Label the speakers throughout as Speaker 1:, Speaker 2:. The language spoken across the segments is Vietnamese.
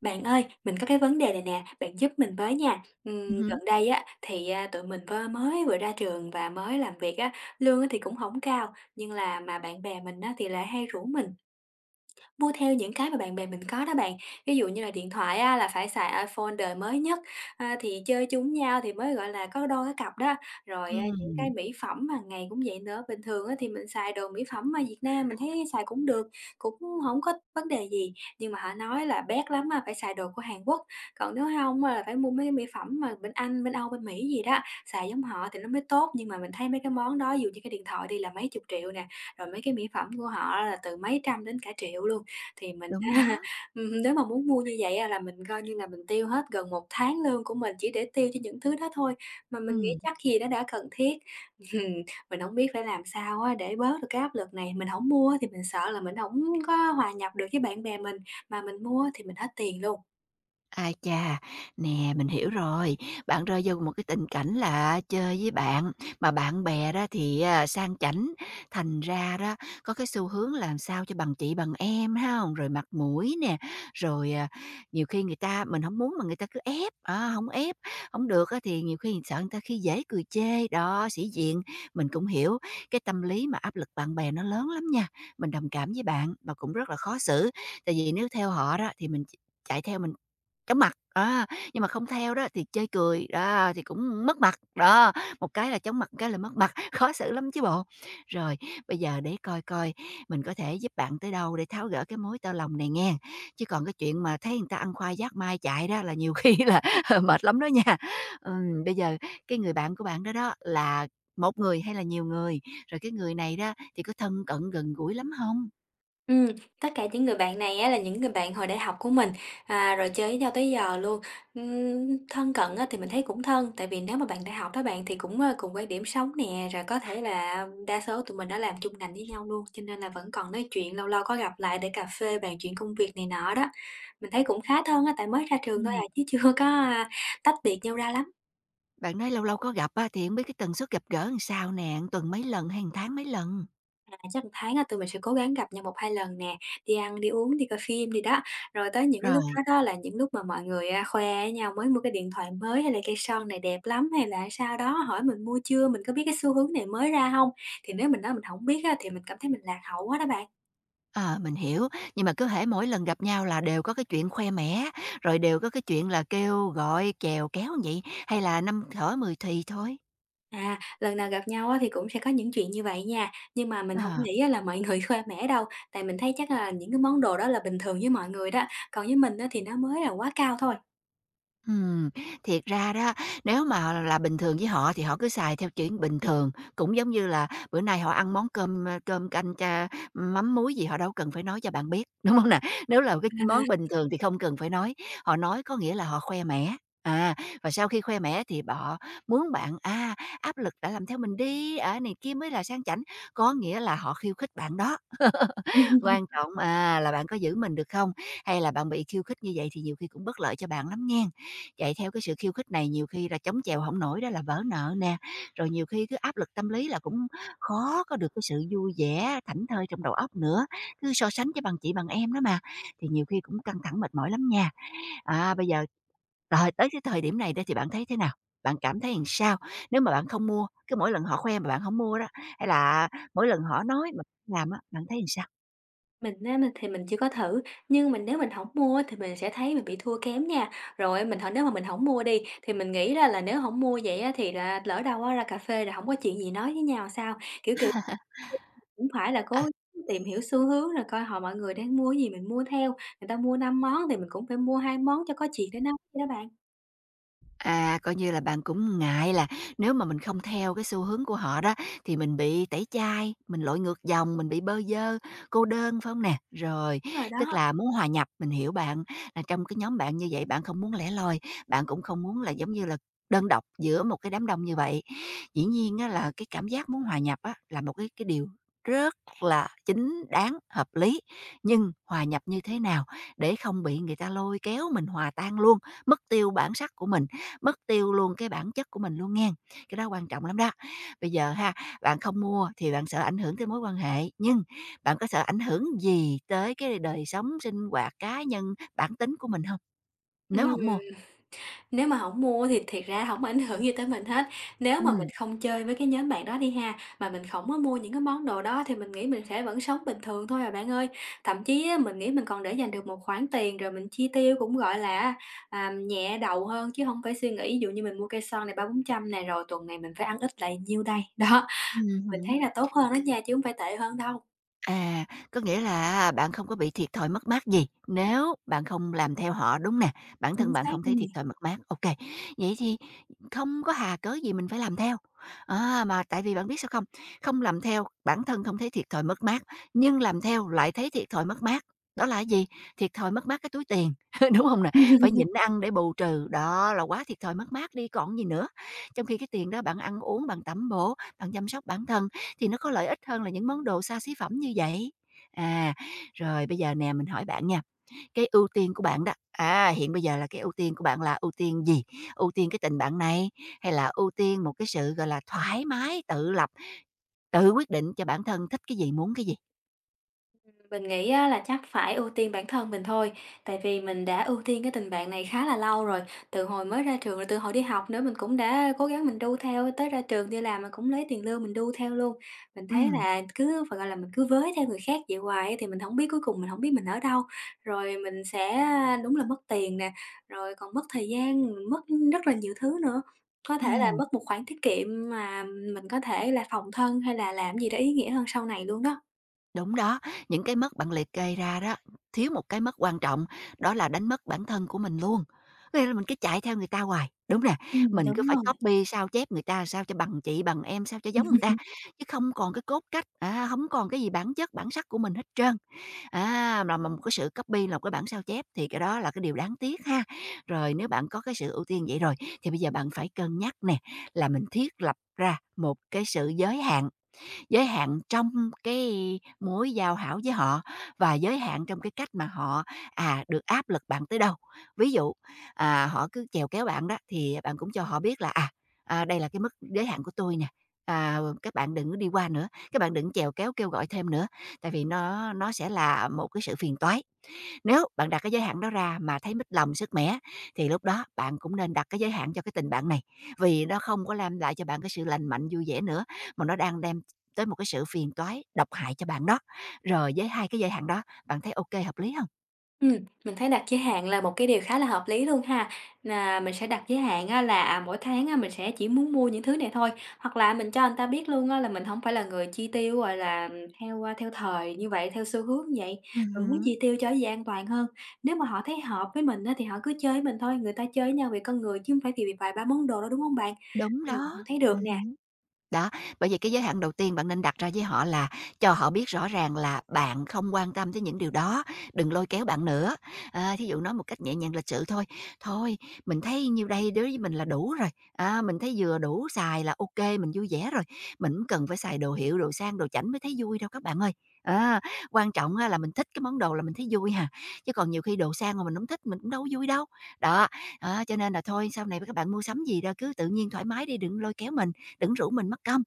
Speaker 1: Bạn ơi, mình có cái vấn đề này nè, bạn giúp mình với nha. Gần
Speaker 2: Hứm,
Speaker 1: đây á thì, tụi mình vừa mới ra trường và mới làm việc á, lương á thì cũng không cao, nhưng là mà bạn bè mình á thì lại hay rủ mình Mua theo những cái mà bạn bè mình có đó bạn. Ví dụ như là điện thoại á, là phải xài iPhone đời mới nhất, thì chơi chung nhau thì mới, gọi là, có đôi có cặp đó. Rồi, những cái
Speaker 2: ừm,
Speaker 1: mỹ phẩm mà ngày cũng vậy nữa, bình thường á thì mình xài đồ mỹ phẩm mà Việt Nam mình thấy xài cũng được, cũng không có vấn đề gì, nhưng mà họ nói là bét lắm mà phải xài đồ của Hàn Quốc, còn nếu không á là phải mua mấy cái mỹ phẩm mà bên Anh, bên Âu, bên Mỹ gì đó, xài giống họ thì nó mới tốt. Nhưng mà mình thấy mấy cái món đó, ví dụ như cái điện thoại đi là mấy chục triệu nè, rồi mấy cái mỹ phẩm của họ là từ mấy trăm đến cả triệu luôn. Thì mình
Speaker 2: đúng đó,
Speaker 1: nếu mà muốn mua như vậy á là mình coi như là mình tiêu hết gần một tháng lương của mình chỉ để tiêu cho những thứ đó thôi, mà mình nghĩ
Speaker 2: ừm.
Speaker 1: chắc gì đó đã cần thiết. Mình không biết phải làm sao á để bớt được cái áp lực này, mình không mua thì mình sợ là mình không có hòa nhập được với bạn bè mình, mà mình mua thì mình hết tiền luôn.
Speaker 2: Ai chà, nè, mình hiểu rồi. Bạn rơi vô một cái tình cảnh là chơi với bạn, mà bạn bè đó thì, à, sang chảnh, thành ra đó có cái xu hướng làm sao cho bằng chị bằng em ha không? Rồi mặt mũi nè, rồi, à, nhiều khi người ta mình không muốn mà người ta cứ ép, á, hổng ép, không được á thì nhiều khi sợ người ta khi dễ cười chê, đó, sĩ diện. Mình cũng hiểu cái tâm lý mà áp lực bạn bè nó lớn lắm nha, mình đồng cảm với bạn mà cũng rất là khó xử, tại vì nếu theo họ đó thì mình chạy theo mình Cắm mặt, á, nhưng mà không theo đó thì chê cười, đó, thì cũng mất mặt, đó, một cái là chóng mặt, một cái là mất mặt, khó xử lắm chứ bộ. Rồi, bây giờ để coi coi mình có thể giúp bạn tới đâu để tháo gỡ cái mối tơ lòng này nghe, chứ còn cái chuyện mà thấy người ta ăn khoai giác mai chạy đó là nhiều khi là mệt lắm đó nha. Bây giờ cái người bạn của bạn đó đó là một người hay là nhiều người? Rồi cái người này đó thì có thân cận gần gũi lắm không?
Speaker 1: Ừm, tất cả những người bạn này á là những người bạn hồi đại học của mình, à, rồi chơi với nhau tới giờ luôn. Thân cận á thì mình thấy cũng thân, tại vì nếu mà bạn đại học đó bạn thì cũng, cùng quan điểm sống nè, rồi có thể là đa số tụi mình đã làm chung ngành với nhau luôn, cho nên là vẫn còn nói chuyện, lâu lâu có gặp lại để cà phê bàn chuyện công việc này nọ đó. Mình thấy cũng khá thân á, tại mới ra trường thôi
Speaker 2: Ừm.
Speaker 1: à, chứ chưa có, tách biệt nhau ra lắm.
Speaker 2: Bạn nói lâu lâu có gặp á, thì hổng biết cái tần suất gặp gỡ làm sao nè, một tuần mấy lần hay một tháng mấy lần?
Speaker 1: À, chắc một tháng á tụi mình sẽ cố gắng gặp nhau một hai lần nè, đi ăn, đi uống, đi coi phim đi đó. Rồi tới những cái lúc
Speaker 2: Rồi,
Speaker 1: đó đó là những lúc mà mọi người, khoe với nhau mới mua cái điện thoại mới hay là cây son này đẹp lắm, hay là sao đó hỏi mình mua chưa, mình có biết cái xu hướng này mới ra không? Thì nếu mình nói mình không biết á thì mình cảm thấy mình lạc hậu quá đó bạn.
Speaker 2: ờ, mình hiểu, nhưng mà cứ hễ mỗi lần gặp nhau là đều có cái chuyện khoe mẽ, rồi đều có cái chuyện là kêu gọi chèo kéo như vậy, hay là năm thở mười thì thôi?
Speaker 1: À, lần nào gặp nhau á thì cũng sẽ có những chuyện như vậy nha, nhưng mà mình không
Speaker 2: Ờ.
Speaker 1: nghĩ á là mọi người khoe mẽ đâu, tại mình thấy chắc là những cái món đồ đó là bình thường với mọi người đó, còn với mình á thì nó mới là quá cao thôi.
Speaker 2: Ừm, thiệt ra đó, nếu mà là bình thường với họ thì họ cứ xài theo chuyện bình thường, cũng giống như là bữa nay họ ăn món cơm, ơ, cơm canh cha mắm muối gì họ đâu cần phải nói cho bạn biết, đúng không nè? Nếu là cái
Speaker 1: À.
Speaker 2: món bình thường thì không cần phải nói, họ nói có nghĩa là họ khoe mẽ, à, và sau khi khoe mẽ thì họ muốn bạn, à, áp lực đã làm theo mình đi, ở này kia mới là sang chảnh, có nghĩa là họ khiêu khích bạn đó. Quan trọng, à, là bạn có giữ mình được không? Hay là bạn bị khiêu khích như vậy thì nhiều khi cũng bất lợi cho bạn lắm nghen. Chạy theo cái sự khiêu khích này nhiều khi là chống chèo không nổi đó là vỡ nợ nè, rồi nhiều khi cứ áp lực tâm lý là cũng khó có được cái sự vui vẻ, thảnh thơi trong đầu óc nữa, cứ so sánh với bằng chị bằng em đó mà, thì nhiều khi cũng căng thẳng mệt mỏi lắm nha. À, bây giờ rồi tới cái thời điểm này đó thì bạn thấy thế nào? Bạn cảm thấy làm sao? Nếu mà bạn không mua, cứ mỗi lần họ khoe mà bạn không mua đó, hay là mỗi lần họ nói mà bạn làm á, bạn thấy làm sao?
Speaker 1: Mình á, mình chưa có thử, nhưng mình nếu mình hổng mua á, thì mình sẽ thấy mình bị thua kém nha. Rồi mình nếu mà mình hổng mua đi, thì mình nghĩ ra là nếu hổng mua vậy á, thì là lỡ đâu á ra cà phê là hổng có chuyện gì nói với nhau sao? Kiểu, cũng phải là
Speaker 2: À,
Speaker 1: cố tìm hiểu xu hướng rồi coi mọi người đang mua cái gì mình mua theo, người ta mua 5 món thì mình cũng phải mua 2 món cho có chuyện để nói vậy đó bạn.
Speaker 2: À, coi như là bạn cũng ngại là nếu mà mình không theo cái xu hướng của họ đó thì mình bị tẩy chay, mình lội ngược dòng, mình bị bơ vơ, cô đơn, phải không nè? Rồi,
Speaker 1: Đúng rồi
Speaker 2: tức
Speaker 1: đó.
Speaker 2: là muốn hòa nhập, mình hiểu bạn, là trong cái nhóm bạn như vậy bạn không muốn lẻ loi, bạn cũng không muốn là, giống như là, đơn độc giữa một cái đám đông như vậy. Dĩ nhiên á là cái cảm giác muốn hòa nhập á là một cái điều rất là chính đáng, hợp lý, nhưng hòa nhập như thế nào để không bị người ta lôi kéo mình hòa tan luôn, mất tiêu bản sắc của mình mất tiêu luôn cái bản chất của mình luôn nghen. Cái đó quan trọng lắm đó. Bây giờ ha, bạn không mua thì bạn sợ ảnh hưởng tới mối quan hệ, nhưng bạn có sợ ảnh hưởng gì tới cái đời sống, sinh hoạt cá nhân, bản tính của mình không? Nếu không mua?
Speaker 1: Ừm. Nếu mà hổng mua thì thiệt ra hổng ảnh hưởng gì tới mình hết. Nếu mà mình
Speaker 2: Ừ.
Speaker 1: không chơi với cái nhóm bạn đó đi ha, mà mình không có mua những cái món đồ đó thì mình nghĩ mình sẽ vẫn sống bình thường thôi à bạn ơi. Thậm chí á, mình nghĩ mình còn để dành được một khoản tiền rồi mình chi tiêu cũng, gọi là á, nhẹ đầu hơn chứ hông phải suy nghĩ ví dụ như mình mua cây son này ba bốn trăm nè, rồi tuần này mình phải ăn ít lại nhiêu đây. Đó, mình
Speaker 2: Ừm.
Speaker 1: thấy là tốt hơn đó nha chứ hông phải tệ hơn đâu.
Speaker 2: À, có nghĩa là bạn không có bị thiệt thòi mất mát gì nếu bạn không làm theo họ, đúng nè? Bản
Speaker 1: Chính
Speaker 2: thân bạn
Speaker 1: xác
Speaker 2: không thấy
Speaker 1: luôn
Speaker 2: thiệt
Speaker 1: nè.
Speaker 2: thòi mất mát, ok. Vậy thì không có hà cớ gì mình phải làm theo. À, mà tại vì bạn biết sao không? Không làm theo, bản thân không thấy thiệt thòi mất mát, nhưng làm theo lại thấy thiệt thòi mất mát. Đó là cái gì? Thiệt thòi mất mát cái túi tiền, đúng không nè? Phải nhịn ăn để bù trừ, đó là quá thiệt thòi mất mát đi còn gì nữa. Trong khi cái tiền đó bạn ăn uống, bạn tẩm bổ, bạn chăm sóc bản thân, thì nó có lợi ích hơn là những món đồ xa xí phẩm như vậy. À, rồi bây giờ nè mình hỏi bạn nha, cái ưu tiên của bạn đó, à, hiện bây giờ là cái ưu tiên của bạn là ưu tiên gì? Ưu tiên cái tình bạn này hay là ưu tiên một cái sự, gọi là, thoải mái tự lập, tự quyết định cho bản thân thích cái gì, muốn cái gì?
Speaker 1: Mình nghĩ á là chắc phải ưu tiên bản thân mình thôi, tại vì mình đã ưu tiên cái tình bạn này khá là lâu rồi, từ hồi mới ra trường, rồi từ hồi đi học nữa mình cũng đã cố gắng mình đu theo, tới ra trường đi làm mình cũng lấy tiền lương mình đu theo luôn. Mình thấy
Speaker 2: Ừm,
Speaker 1: là cứ phải gọi là, mình cứ với theo người khác vậy hoài á thì mình không biết mình ở đâu, rồi mình sẽ, đúng là mất tiền nè, rồi còn mất thời gian, mất rất là nhiều thứ nữa. Có thể là
Speaker 2: ừm.
Speaker 1: mất một khoản tiết kiệm mà mình có thể là phòng thân hay là làm gì đó ý nghĩa hơn sau này luôn đó.
Speaker 2: Đúng đó, những cái mất bạn liệt kê ra đó, thiếu một cái mất quan trọng, đó là đánh mất bản thân của mình luôn. Có nghĩa là mình cứ chạy theo người ta hoài, đúng nè, mình cứ
Speaker 1: Đúng
Speaker 2: phải
Speaker 1: rồi.
Speaker 2: copy sao chép người ta sao cho bằng chị, bằng em, sao cho giống người ta, chứ không còn cái cốt cách, à, hổng còn cái gì bản chất, bản sắc của mình hết trơn. À, là mà một cái sự copy là một cái bản sao chép thì cái đó là cái điều đáng tiếc ha. Rồi nếu bạn có cái sự ưu tiên vậy rồi, thì bây giờ bạn phải cân nhắc nè, là mình thiết lập ra một cái sự giới hạn trong cái mối giao hảo với họ và giới hạn trong cái cách mà họ, à, được áp lực bạn tới đâu. Ví dụ, à, họ cứ chèo kéo bạn đó, thì bạn cũng cho họ biết là, à, à, đây là cái mức giới hạn của tôi nè, à, các bạn đừng có đi qua nữa, các bạn đừng chèo kéo kêu gọi thêm nữa, tại vì nó sẽ là một cái sự phiền toái. Nếu bạn đặt cái giới hạn đó ra mà thấy mích lòng, sứt mẻ thì lúc đó bạn cũng nên đặt cái giới hạn cho cái tình bạn này, vì nó không có đem lại cho bạn cái sự lành mạnh, vui vẻ nữa, mà nó đang đem tới một cái sự phiền toái, độc hại cho bạn đó. Rồi với hai cái giới hạn đó, bạn thấy ok hợp lý không?
Speaker 1: Ừm, mình thấy đặt giới hạn là một cái điều khá là hợp lý luôn ha. Là mình sẽ đặt giới hạn á là, à, mỗi tháng á mình sẽ chỉ muốn mua những thứ này thôi, hoặc là mình cho người ta biết luôn á là mình hổng phải là người chi tiêu, gọi là, theo thời như vậy, theo xu hướng như vậy. Mình muốn
Speaker 2: Ừm,
Speaker 1: chi tiêu cho cái gì an toàn hơn. Nếu mà họ thấy hợp với mình á thì họ cứ chơi với mình thôi, người ta chơi với nhau vì con người chứ hông phải vì vì vài ba món đồ đâu, đúng hông bạn?
Speaker 2: đúng đó,
Speaker 1: Mình thấy được nè.
Speaker 2: ừm. Đó, bởi vì cái giới hạn đầu tiên bạn nên đặt ra với họ là cho họ biết rõ ràng là bạn không quan tâm tới những điều đó, đừng lôi kéo bạn nữa. À, thí dụ nói một cách nhẹ nhàng lịch sự thôi, "Thôi, mình thấy nhiêu đây đối với mình là đủ rồi, à, mình thấy vừa đủ xài là ok, mình vui vẻ rồi, mình hổng cần phải xài đồ hiệu, đồ sang, đồ chảnh mới thấy vui đâu các bạn ơi. Á, quan trọng á là mình thích cái món đồ là mình thấy vui hà, chứ còn nhiều khi đồ sang mà mình hổng thích mình cũng đâu có vui đâu." Đó, á, cho nên là thôi sau này các bạn mua sắm gì đó cứ tự nhiên thoải mái đi, đừng lôi kéo mình đừng rủ mình mất công.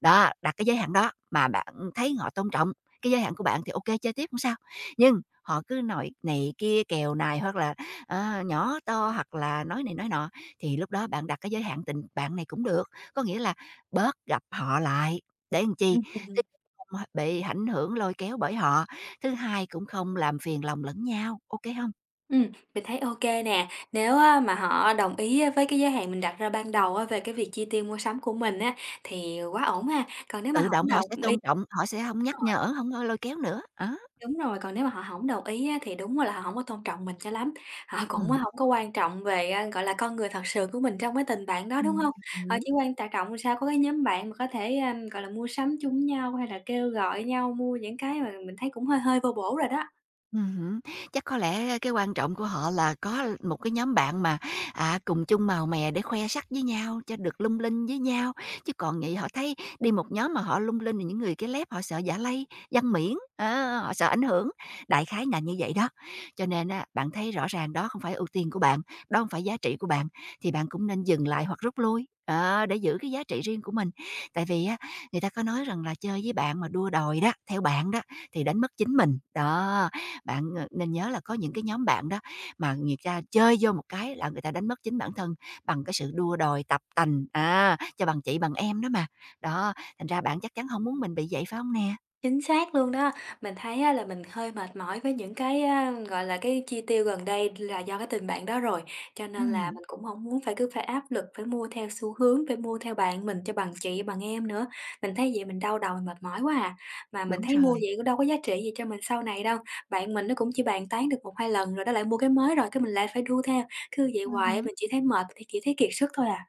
Speaker 2: Đó, đặt cái giới hạn đó mà bạn thấy họ tôn trọng cái giới hạn của bạn thì ok chơi tiếp không sao. Nhưng họ cứ nói này kia, kèo này hoặc là, ờ, nhỏ to hoặc là nói này nói nọ, thì lúc đó bạn đặt cái giới hạn tình bạn này cũng được, có nghĩa là bớt gặp họ lại để làm chi? Thứ nhất, không bị ảnh hưởng lôi kéo bởi họ, thứ hai cũng không làm phiền lòng lẫn nhau, ok không?
Speaker 1: Ừm, mình thấy ok nè. Nếu á mà họ đồng ý á với cái giới hạn mình đặt ra ban đầu á về cái việc chi tiêu mua sắm của mình á, thì quá ổn ha. Còn nếu mà
Speaker 2: Tự
Speaker 1: hổng
Speaker 2: động họ sẽ
Speaker 1: đồng ý,
Speaker 2: tôn trọng, họ sẽ không nhắc nhở, không lôi kéo nữa, á.
Speaker 1: đúng rồi, còn nếu mà họ hổng đồng ý á thì đúng là họ không có tôn trọng mình cho lắm. Họ cũng á,
Speaker 2: Ừm.
Speaker 1: không có quan trọng về, gọi là, con người thật sự của mình trong cái tình bạn đó, đúng
Speaker 2: Ừm,
Speaker 1: không? Họ
Speaker 2: ừm.
Speaker 1: chỉ quan tạ trọng sao có cái nhóm bạn mà có thể, gọi là, mua sắm chung nhau hay là kêu gọi nhau mua những cái mà mình thấy cũng hơi hơi vô bổ rồi đó.
Speaker 2: Ừm. Chắc có lẽ cái quan trọng của họ là có một cái nhóm bạn mà, à, cùng chung màu mè để khoe sắc với nhau, cho được lung linh với nhau, chứ còn vậy họ thấy đi một nhóm mà họ lung linh thì những người cái lép họ sợ giả lây, văn miễn, á, họ sợ ảnh hưởng, đại khái là như vậy đó. Cho nên á, bạn thấy rõ ràng đó không phải ưu tiên của bạn, đó hông phải giá trị của bạn, thì bạn cũng nên dừng lại hoặc rút lui, ờ, để giữ cái giá trị riêng của mình. Tại vì á, người ta có nói rằng là chơi với bạn mà đua đòi đó, theo bạn đó, thì đánh mất chính mình, đó. Bạn, ờ, nên nhớ là có những cái nhóm bạn đó mà người ta chơi vô một cái là người ta đánh mất chính bản thân bằng cái sự đua đòi tập tành, à, cho bằng chị bằng em đó mà. Đó, thành ra bạn chắc chắn không muốn mình bị vậy, phải không nè?
Speaker 1: Chính xác luôn đó. Mình thấy á là mình hơi mệt mỏi với những cái, gọi là, cái chi tiêu gần đây là do cái tình bạn đó rồi, cho nên là
Speaker 2: Ừm,
Speaker 1: mình cũng không muốn cứ phải áp lực phải mua theo xu hướng, phải mua theo bạn mình cho bằng chị, bằng em nữa. Mình thấy vậy mình đau đầu, mình mệt mỏi quá à, mà mình
Speaker 2: đúng
Speaker 1: thấy mua
Speaker 2: rồi.
Speaker 1: vậy cũng đâu có giá trị gì cho mình sau này đâu. Bạn mình nó cũng chỉ bàn tán được một 2 lần rồi nó lại mua cái mới rồi cái mình lại phải đu theo, cứ vậy hoài á
Speaker 2: Ừm.
Speaker 1: mình chỉ thấy mệt, thì chỉ thấy kiệt sức thôi à.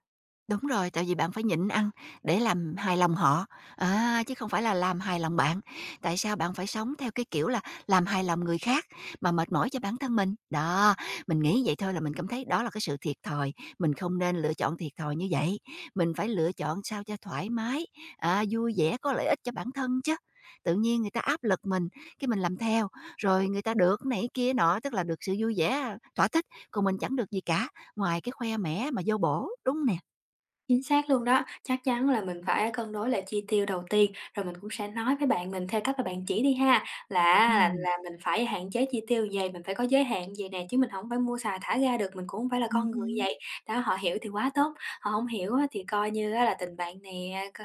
Speaker 2: Đúng rồi, tại vì bạn phải nhịn ăn để làm hài lòng họ, à, chứ không phải là làm hài lòng bạn. Tại sao bạn phải sống theo cái kiểu là làm hài lòng người khác mà mệt mỏi cho bản thân mình? Đó, mình nghĩ vậy thôi là mình cảm thấy đó là cái sự thiệt thòi, mình không nên lựa chọn thiệt thòi như vậy. Mình phải lựa chọn sao cho thoải mái, à, vui vẻ có lợi ích cho bản thân chứ. Tự nhiên người ta áp lực mình, cái mình làm theo, rồi người ta được này kia nọ, tức là được sự vui vẻ, thỏa thích, còn mình chẳng được gì cả, ngoài cái khoe mẽ mà vô bổ, đúng nè.
Speaker 1: Chính xác luôn đó, chắc chắn là mình phải cân đối lại chi tiêu đầu tiên, rồi mình cũng sẽ nói với bạn mình theo cách mà bạn chỉ đi ha, là là
Speaker 2: Ừm,
Speaker 1: là mình phải hạn chế chi tiêu vầy, mình phải có giới hạn vầy nè, chứ mình không phải mua xài thả ga được, mình cũng hông phải là con người
Speaker 2: hứm,
Speaker 1: vậy. Đó, họ hiểu thì quá tốt, họ không hiểu á thì coi như á là tình bạn nè,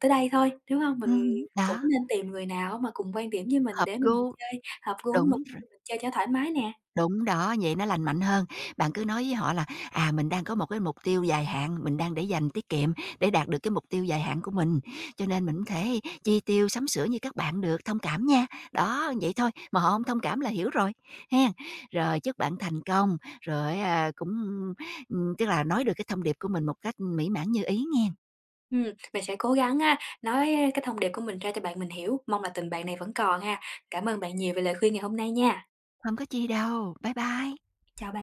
Speaker 1: tới đây thôi, đúng không? Mình
Speaker 2: hứm,
Speaker 1: cũng
Speaker 2: đó,
Speaker 1: nên tìm người nào mà cùng quan điểm với mình
Speaker 2: hợp
Speaker 1: để mình
Speaker 2: gu,
Speaker 1: chơi hợp gu của
Speaker 2: đúng r
Speaker 1: mình chơi cho thoải mái nè.
Speaker 2: đúng đó, vậy nó lành mạnh hơn. Bạn cứ nói với họ là, à, mình đang có một cái mục tiêu dài hạn, mình đang để dành tiết kiệm để đạt được cái mục tiêu dài hạn của mình, cho nên mình hổng thể chi tiêu sắm sửa như các bạn được, thông cảm nha. Đó, vậy thôi, mà họ hông thông cảm là hiểu rồi, hen. Rồi chúc bạn thành công, rồi á cũng, tức là nói được cái thông điệp của mình một cách mỹ mãn như ý nghen,
Speaker 1: Ừm, mình sẽ cố gắng á, nói cái thông điệp của mình ra cho bạn mình hiểu, mong là tình bạn này vẫn còn ha. Cảm ơn bạn nhiều về lời khuyên ngày hôm nay nha.
Speaker 2: hông có chi đâu. Bye bye.
Speaker 1: Chào bạn.